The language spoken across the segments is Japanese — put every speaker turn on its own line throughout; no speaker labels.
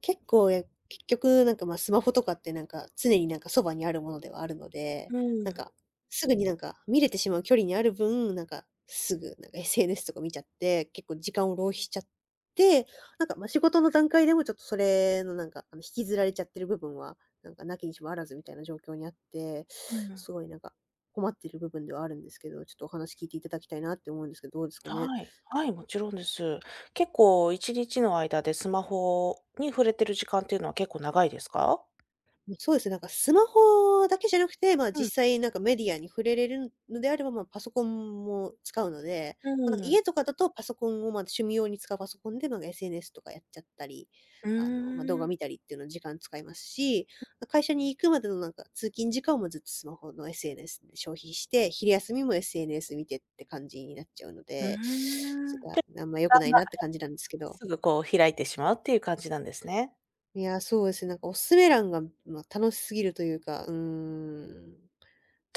結構、や結局なんか、ま、スマホとかってなんか、常になんかそばにあるものではあるので、
う
なん
ん、
か、すぐになんか見れてしまう距離にある分、なんか、すぐなんか SNS とか見ちゃって、結構時間を浪費しちゃって、なんか、ま、仕事の段階でもちょっとそれのなんか、引きずられちゃってる部分は、なんか無きにしもあらずみたいな状況にあって、
うん。
すごいなんか困ってる部分ではあるんですけど、ちょっとお話聞いていただきたいなって思うんですけど、どうですかね？
はい。はい、もちろんです。結構1日の間でスマホに触れてる時間っていうのは結構長いですか？
そうですね、なんかスマホだけじゃなくて、まあ、
うん、
実際なんかメディアに触れれるのであれば、まあ、パソコンも使うので、
う
まあ、なんか
ん。
家とかだとパソコンを、ま、趣味用に使うパソコンで、ま、SNS とかやっちゃったり、
うー
ま、動画
ん、
見たりっていうの時間使いますし、ま会社に行くまでのなんか通勤時間もずっとスマホの SNS で消費して、昼休みも SNS 見てって感じになっちゃうので、それ
で、時
があんま良くな
間
い
が
なって感じなんですけど。
すぐこう開いてしまうっていう感じなんですね。
いや、そうですね、なんかおすすめ欄が、まあ、楽しすぎるというか、うーん。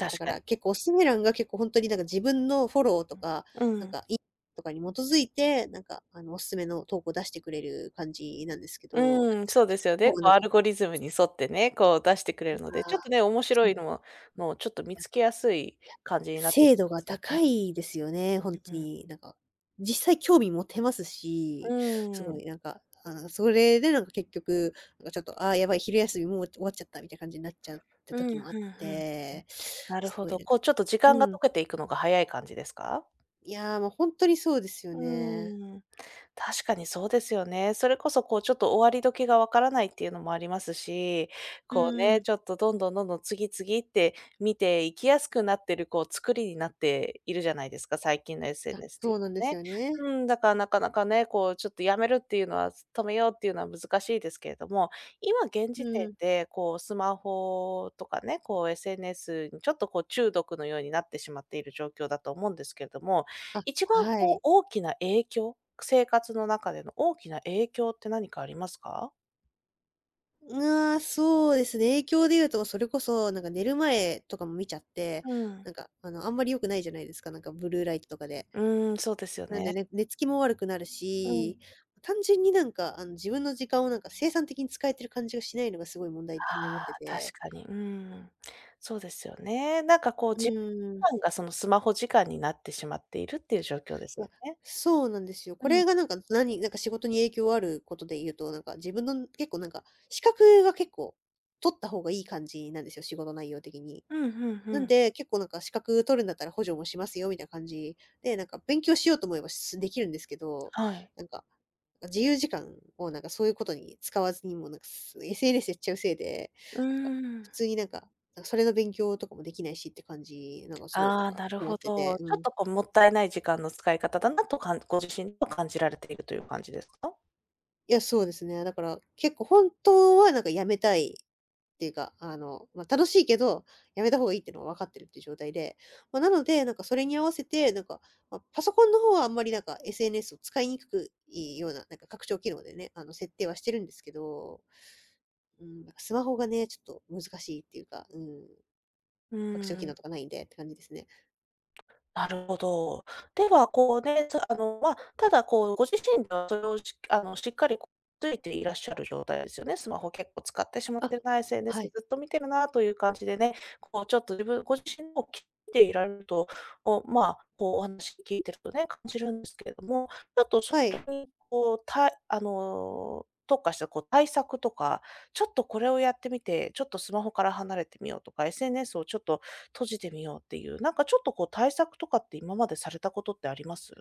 まあ、だか
かに。
ら結構おすすめ欄が結構本当になんか自分のフォローとか、
う
なん
ん。
か、いいとかに基づいて、なんかおすすめの投稿を出してくれる感じなんですけど、
うん、そうですよね。
もう
こ
な
う
ん
ア
か、
ルゴリズムに沿ってね、
いや、
こう出してくれるので、ちょっとね、面
そ
白
う、い
いのものをちょっと見
や
つけやすい
いや、
感じになってき
精度
ま
が
すよね。
高いですよね、ほん
う
と
ん。
に。なんか、実際興味持てますし、す
う
ご
ん。
いなんか、それでなんか結局、なんかちょっと、ああ、やばい、昼休みもう終わっちゃったみたいな感じになっちゃった
う
時
ん、
もあっ
ふんふんふん。
て、
なる
す
ほ
ごい
ど。
なん
こ
か
うちょっと時間が
うん。
溶けていくのが早い感じですか？
いや、もうほんとにそうですよ
う
ね。
ーん。確かにそうですよね。それこそこうちょっと終わり時がわからないっていうのもありますし、
う
こう
んう
ね、
ん。
ちょっとどんどんどんどん次々って見ていきやすくなってるこう作りになっているじゃないですか、最近の
あ、
SNS ってい
そ
う
うなんで
のは
す
ね。
よね。
うん、だからなかなかね、こうちょっとやめるっていうのは、止めようっていうのは難しいですけれども、今現
う
時点
ん。
でこうスマホとかね、こう SNS にちょっとこう中毒のようになってしまっている状況だと思うんですけれども、
あ、
一番
は
こう
い。
大きな影響、生活の中での大きな影響って何かありますか？
うわ、そうですね。影響で言うと、それこそ、なんか寝る前とかも見ちゃって、
うん。
なんか、あんまり良くないじゃないですか、なんかブルーライトとかで。
うーん、そうですよ
なんで
ね。
ね、寝つきも悪くなる
うん。
し、単純になんか、自分の時間をなんか生産的に使えてる感じがしないのがすごい問題に思っ
あ
て
あ、確
て。
かに。ん。そうですよね。なんかこう
う
じ
ーん。
時間がそのスマホ時間になってしまっているっていう状況です
い
よ
や、
ね。
そうなんですよ。
う
こ
ん。
れがなんか、なんか仕事に影響あることで言うと、なんか自分の結構なんか、資格が結構取った方がいい感じなんですよ、仕事内容的に。
うんうん
な
う
ん
ん。
で、結構なんか資格取るんだったら補助もしますよみたいな感じで、なんか勉強しようと思えばできるんですけど、
はい。
なんか、自由時間をなんかそういうことに使わずに、もうなんかSNS やっちゃうせいで、
う
なんか
ーん。
普通になんか、なんかそれの勉強とかもできないしって感じ、なんかすごいなん
ああ、
か
なる
困
ほ
っ
ど。
てて、う
ちょっ
ん。
とこうもったいない時間の使い方だなとかんご自身と感じられているという感じですか？
いや、そうですね。だから結構本当はなんかやめたいっていうか、まあ、楽しいけど、やめた方がいいっていうのは分かってるっていう状態で、まあ、なので、なんかそれに合わせて、なんか、まあ、パソコンの方はあんまりなんか SNS を使いにくくいいような、なんか拡張機能でね、設定はしてるんですけど、うん、なんかスマホがね、ちょっと難しいっていうか、うん、
う
拡張機
ー
能
ん。
とかないんでって感じですね。
なるほど。では、こうね、つあの、まあ、ただこう、ご自身ではそれをしあの、しっかりこう、ついていらっしゃる状態ですよね。スマホ結構使ってしまっ
あ、
てるな、SNS
は
ず
い。
っと見てるなという感じでね、こうちょっと自分ご自身を切っていられると、おまあ、こうお話聞いてるとね、感じるんですけれども、ちょっとそ
はい。
れにこう、たあの、特化したこう対策とか、ちょっとこれをやってみて、ちょっとスマホから離れてみようとか、SNS をちょっと閉じてみようっていう、なんかちょっとこう対策とかって今までされたことってあります？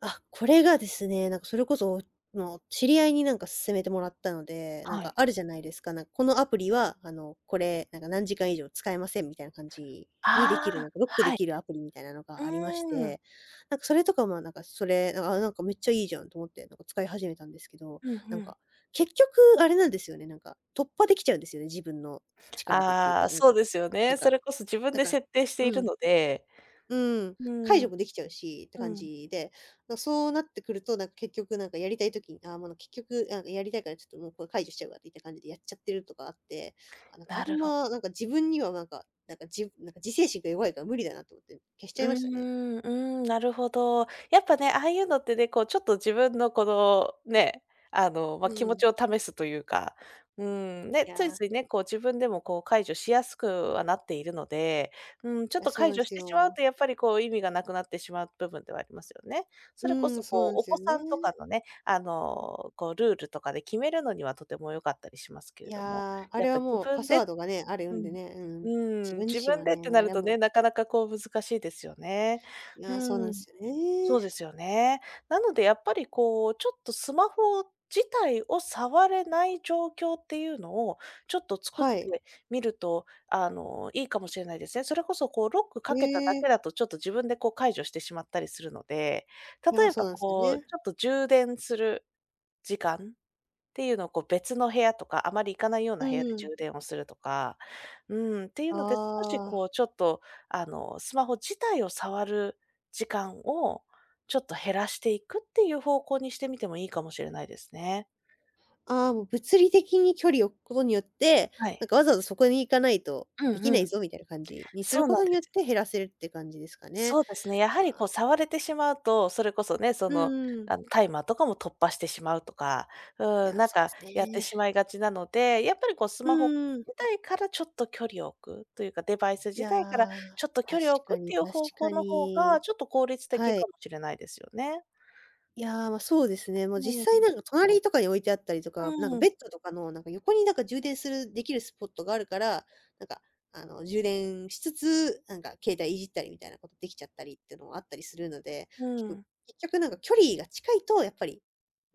あ、これがですね、なんかそれこそ、もう知り合いになんか勧めてもらったので、なん
は
か
い。
あるじゃないですか。なんかこのアプリは、これ、なんか何時間以上使えませんみたいな感じにで
あ
きる、
あ、
なんかロックで
はい。
きるアプリみたいなの
う
がありまし
ーん。
て、なんかそれとかもなんかそれ、なんか、あ、なんかめっちゃいいじゃんと思って、なんか使い始めたんですけど、
うんう
なん
ん。
か、結局あれなんですよね、なんか突破できちゃうんですよね、自分の力でっていう
あ
か、
あ、そうですよ
なん
ね。そ
か
れこそ自分
なん
で
か
設定してい
う
る
ん
ので。
うん、
う
解
ん、
除もできちゃうしって
う
感
ん。
じで、そうなってくると、なんか結局なんかやりたい時に、ああ、もう結局、なんかやりたいからちょっともうこれ解除しちゃうわっていった感じでやっちゃってるとかあって、あ、なんかあ
な
ん
るほど。
ま、なんか自分にはなんか、なんかなんか自制心が弱いから無理だなと思って消しちゃ
う
い
ー
ましたね。
ん、うーん、なるほど。やっぱね、ああいうのってね、こうちょっと自分のこのね、あの、
う
ま、気持
ん。
ちを試すというか、うーん、
い
ね、つい
やー、
ついね、こう自分でもこう解除しやすくはなっているので、うん、ちょ
い
っ
や、
と
そう
解
なんで
除し
す
てしまう
よ。
とやっぱりこう意味がなくなってしまう部分ではありますよね。そ
う
れこ
ん、
そ
そう
こ
な
う
んで
お
す
子
よ
さんとか
ね。
のね、あの、こうルールとかで決めるのにはとても良かったりしますけ
い
れども、
やー、あ
やっ
れは
ぱ自
もうパ
分
スワ
で。
ードがね、ある
う
んで
ん。
ね、うん。自
うーん、
分自
自
身
分
は
でっ
ね、
て
もう
な
あれ
る
は
とね、
も
なかなかこう難しいですよね。
う、いや、そうなん
う
で
ん。
すよね。
そうですよね。なのでやっぱりこう、ちょっとスマホ自体を触れない状況っていうのを、ちょっと作っ
はい。
てみると、あの、いいかもしれないですね。それこそこうロック
へ
かけただ
え。
けだと、ちょっと自分でこう解除してしまったりするので、
いや、
例
ま、
え
そう
ば
なんですよ
こう、
ね。
ちょっと充電する時間っていうのをこう別の部屋とか、あまり行かないよう
う
な部屋で
ん。
充電をするとか、うん、っていうので、少し
あ
こ
あ。
うちょっと、あの、スマホ自体を触る時間をちょっと減らしていくっていう方向にしてみてもいいかもしれないですね。
ああ、もう物理的に距離を置くことによって、
は
なん
い。
かわざわざそこに行かないと
う
で
ん
き
う
な
ん。
いぞみたいな感じにす
そ
る
う
こ
なん
とに
で
よっ
す
て
よ。
減らせるって感じですかね。
そうですね。やは
ま
りこ
あ、
う触れてしまうと、それこそね、そ
う
の、
んうん。
あの、タイマーとかも突破してしまうとか、
い
うん、
や、
なん
そ
か
うで
やっ
す
て
ね。
しまいがちなので、やっぱりこうス
う
マホ
んうん。
自体からちょっと距離を置くというか、デバイス
い
自
や、
体からちょっと距
確
離を置
か
くっ
に
ていう方
確
法
か
の方が、
に。
ちょっと効率的
は
か
い。
もしれないですよね。
いやー、ま、そうですね。もう
う
実際
ん。
なんか隣とかに置いてあったりとか、なんか
う
ベ
ん。
ッドとかのなんか横になんか充電するできるスポットがあるから、なんか、充電しつつ、なんか携帯いじったりみたいなことできちゃったりっていうのもあったりするので、
う
結構
ん。
結局なんか距離が近いとやっぱり、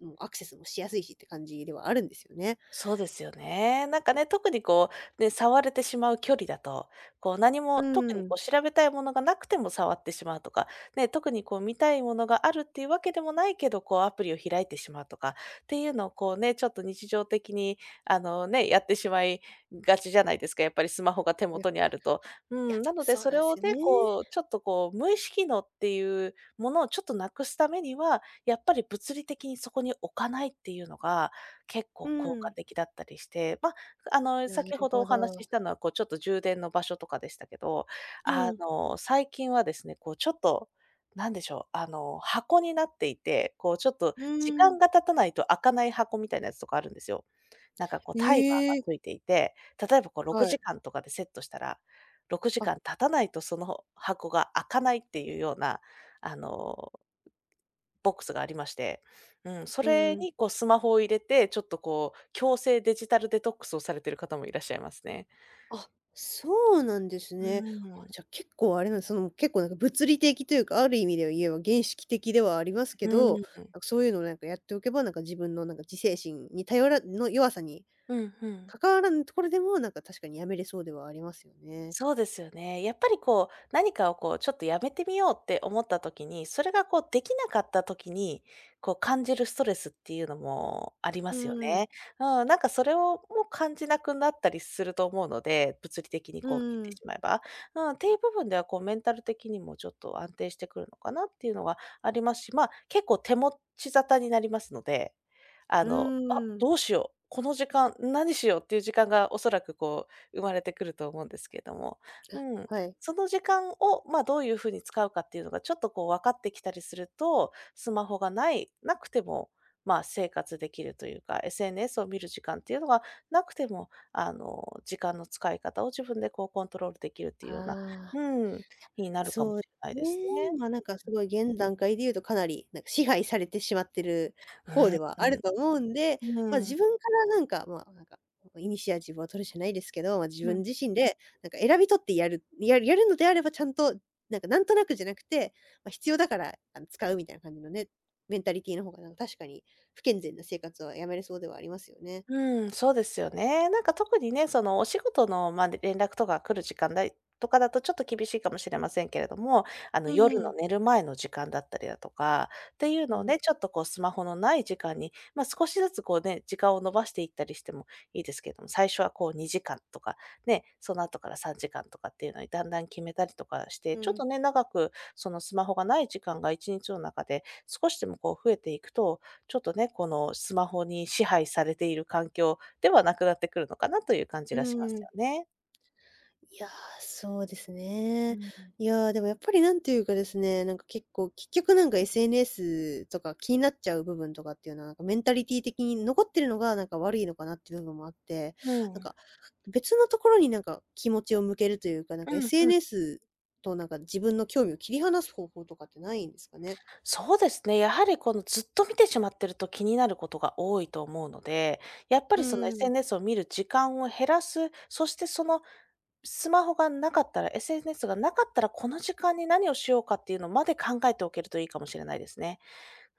もうアクセスもしやすいしって感じではあるんですよね。
そうですよね。なんかね、特にこう、ね、触れてしまう距離だと、こう何
う
も特に
ん。
こう調べたいものがなくても触ってしまうとか、ね、特にこう見たいものがあるっていうわけでもないけど、こうアプリを開いてしまうとかっていうのをこうね、ちょっと日常的にあのね、やってしまいがちじゃないですか。やっぱりスマホが手
いや、い
元にあると。う
や、
ん、なので
そう
そ
なん
れ
で
を
すよね。
ね、こう、ちょっとこう無意識のっていうものをちょっとなくすためには、やっぱり物理的にそこに置かないっていうのが、結
う
構効果
ん。
的だったりして、まあ、あの、
な
先
る
ほど
ほ
お話しし
ど。
たのは、こう、ちょっと充電の場所とかでしたけど、
う
あ
ん。
の、最近はですね、こう、ちょっと、なんでしょう、あの、箱になっていて、こう、ちょっと
う
時
ーん。
間が経たないと開かない箱みたいなやつとかあるんですよ。なんか、こう、タイマー
ええ、
がついていて、例えば、こう、6
はい。
時間とかでセットしたら、6
あ、
時間経たないとその箱が開かないっていうような、あのボックスがありまして、うん、そ
う
れ
ん。
にこうスマホを入れて、ちょっとこう、強制デジタルデトックスをされてる方もいらっしゃいますね。
あ、そうなんです
う
ね。あ、
ん。
じゃ、結構あれなんですその、結構なんか物理的というか、ある意味では言えば原始的ではありますけ
う
ど、
ん。
なんかそういうのをなんかやっておけば、なんか自分のなんか自制心に頼らの弱さに
うん、うん。
関わらぬところでも、なんか確かにやめれそうではありますよね。
そうですよね。やっぱりこう、何かをこう、ちょっとやめてみようって思った時に、それがこうできなかった時に、こう感じるストレスっていうのもありま
う
すよ
んうん。
ね。うん、なんかそれをもう感じなくなったりすると思うので、物理的に
う
こう切っ
ん
てし
ん。
まえば。うん、っていう部分ではこうメンタル的にもちょっと安定してくるのかなっていうのがありますし、まあ結構手持ち沙汰になりますので、あ
う
の、あ、
ーん。
どうしよう、この時間何しようっていう時間がおそらくこう生まれてくると思うんですけれども、うん、
はい。
その時間を、まあ、どういうふうに使うかっていうのがちょっとこう分かってきたりすると、スマホがないなくても、まあ、生活できるというか、SNS を見る時間っていうのがなくても、あの、時間の使い方を自分でこうコントロールできるってい
あ
うような、
あ。
うん、になるかも
そう
しれない
ね、
ですね。
まあ、なんかすごい現段階で言うとかなり、なんか支配されてしまってる方ではあると思うんで、
うん。う
ま、
ん。
自分からなんか、まあ、なんか、イニシアチブを取るじゃないですけど、まあ、自
うん。
分自身でなんか選び取ってやるのであればちゃんと、なんかなんとなくじゃなくて、まあ、必要だから、使うみたいな感じのね、メンタリティの方がなんか確かに不健全な生活はやめれそうではありますよね。
うん、そうですよね。なんか特にね、そのお仕事の、まあ、連絡とか来る時間だとかだとちょっと厳しいかもしれませんけれども、あの
うん
夜
うん。
の寝る前の時間だったりだとか、っていう
う
のを
ん、
ね、ちょっとこうスマホのない時間に、まあ、少しずつこうね、時間を伸ばしていったりしてもいいですけれども、最初はこう2時間とか、ね、その後から3時間とかっていうのにだんだん決めたりとかして、
う
ちょっ
ん。
とね、長くそのスマホがない時間が1日の中で少しでもこう増えていくと、ちょっとね、このスマホに支配されている環境ではなくなってくるのかなという感じ
う
がします
ん。
よね。
いやー、そうです
う
ね。
ん。
いやー、でもやっぱりなんていうかですね、なんか結構、結局なんか SNS とか気になっちゃう部分とかっていうのは、なんかメンタリティ的に残ってるのがなんか悪いのかなっていう部分もあって、
う
なん
ん。
か、別のところになんか気持ちを向けるというか、なん
う
か
んうん。
SNS となんか自分の興味を切り離す方法とかってないんですかね？
そうですね。やはりこのずっと見てしまってると気になることが多いと思うので、やっぱ
う
りその
ーん。
SNS を見る時間を減らす、そしてそのスマホがなかったら、SNS がなかったらこの時間に何をしようかっていうのまで考えておけるといいかもしれないですね。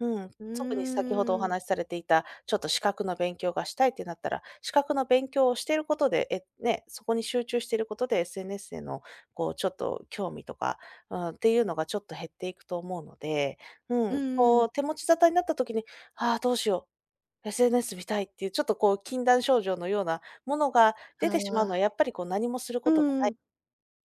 うん、
う
特に先ほどお
ーん。
話しされていた、ちょっと資格の勉強がしたいってなったら、資格の勉強をしていることで、え、ね、そこに集中していることで SNS へのこうちょっと興味とか、うん、っていうのがちょっと減っていくと思うので、う
う
ん、
ん
こ
ん。
う手持ち沙汰になった時に、ああ、どうしよう、SNS 見たいっていうちょっとこう禁断症状のようなものが出
あ
てしまうのは、
あ、
やっぱりこう何もする
う
ことが
ん
な
う
い
ん。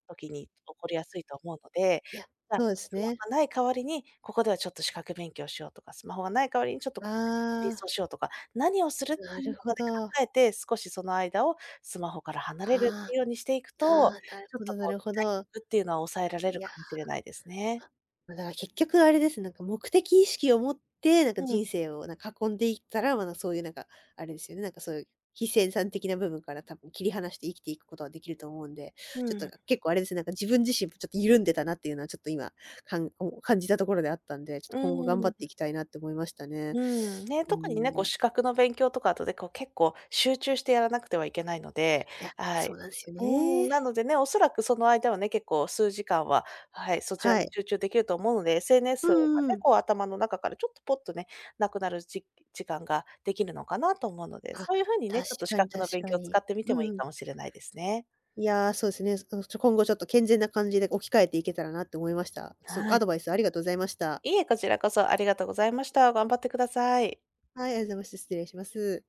時に起こりやすいと思うので、
いや、
じゃあ、
そうです
スマ
ね。
ホがない代わりに、ここではちょっと資格勉強しようとか、スマホがない代わりにちょっとここで瞑
あ
想
あ、
しようとか、何をするっ
な
ていう
る
の
ほ
まで
ど。あ
考えて、少しその間をスマホから離れるって
あ。
いうようにしていく
ああ、
と、
なる
ちょっ
ほ
と
どな
こ
る
う、見
ほ
たい
ど。
欲っていうのは抑えられ
い
る
や、
かもしれないですね。
ま、だから結局あれですね、なんか目的意識を持って、なんか
うん、
人生をなんか囲んでいったら、ま、そういうなんか、あれですよね、なんかそういう非生産的な部分から多分切り離して生きていくことはできると思うんで、ちょ
う
っと
ん、
結構あれですね、なんか自分自身もちょっと緩んでたなっていうのはちょっと今、かんお感じたところであったんで、ちょっと
う
今後頑張
ー
ってい
ん。
きたいなって思いましたね。
うん、ね、
うー
特にね、こう
ん。
資格の勉強とかあとでこう結構集中してやらなくてはいけないので、
いや、
は
そう
い。
なんですよ
うん、な
ね。
のでね、おそらくその間はね、結構数時間は、はい、そちら
は
に
い。
集中できると思うので、SNS
う
がね、
んうん。
こう頭の中からちょっとポッとね、なくなるじ時間ができるのかなと思うので、
あ、
そういう風にね、
確
ちょっと資
かに
格の
確
勉
か
強を
に。
使ってみ
う
てもい
んう
い
ん。
かもしれないですね。
いやー、そうですね。今後ちょっと健全な感じで置き換えていけたらなって思いました。
は
ア
い。
ドバイスありがとうございました。
いいえ、こちらこそありがとうございました。頑張ってください。
はい、ありがとうございました。失礼します。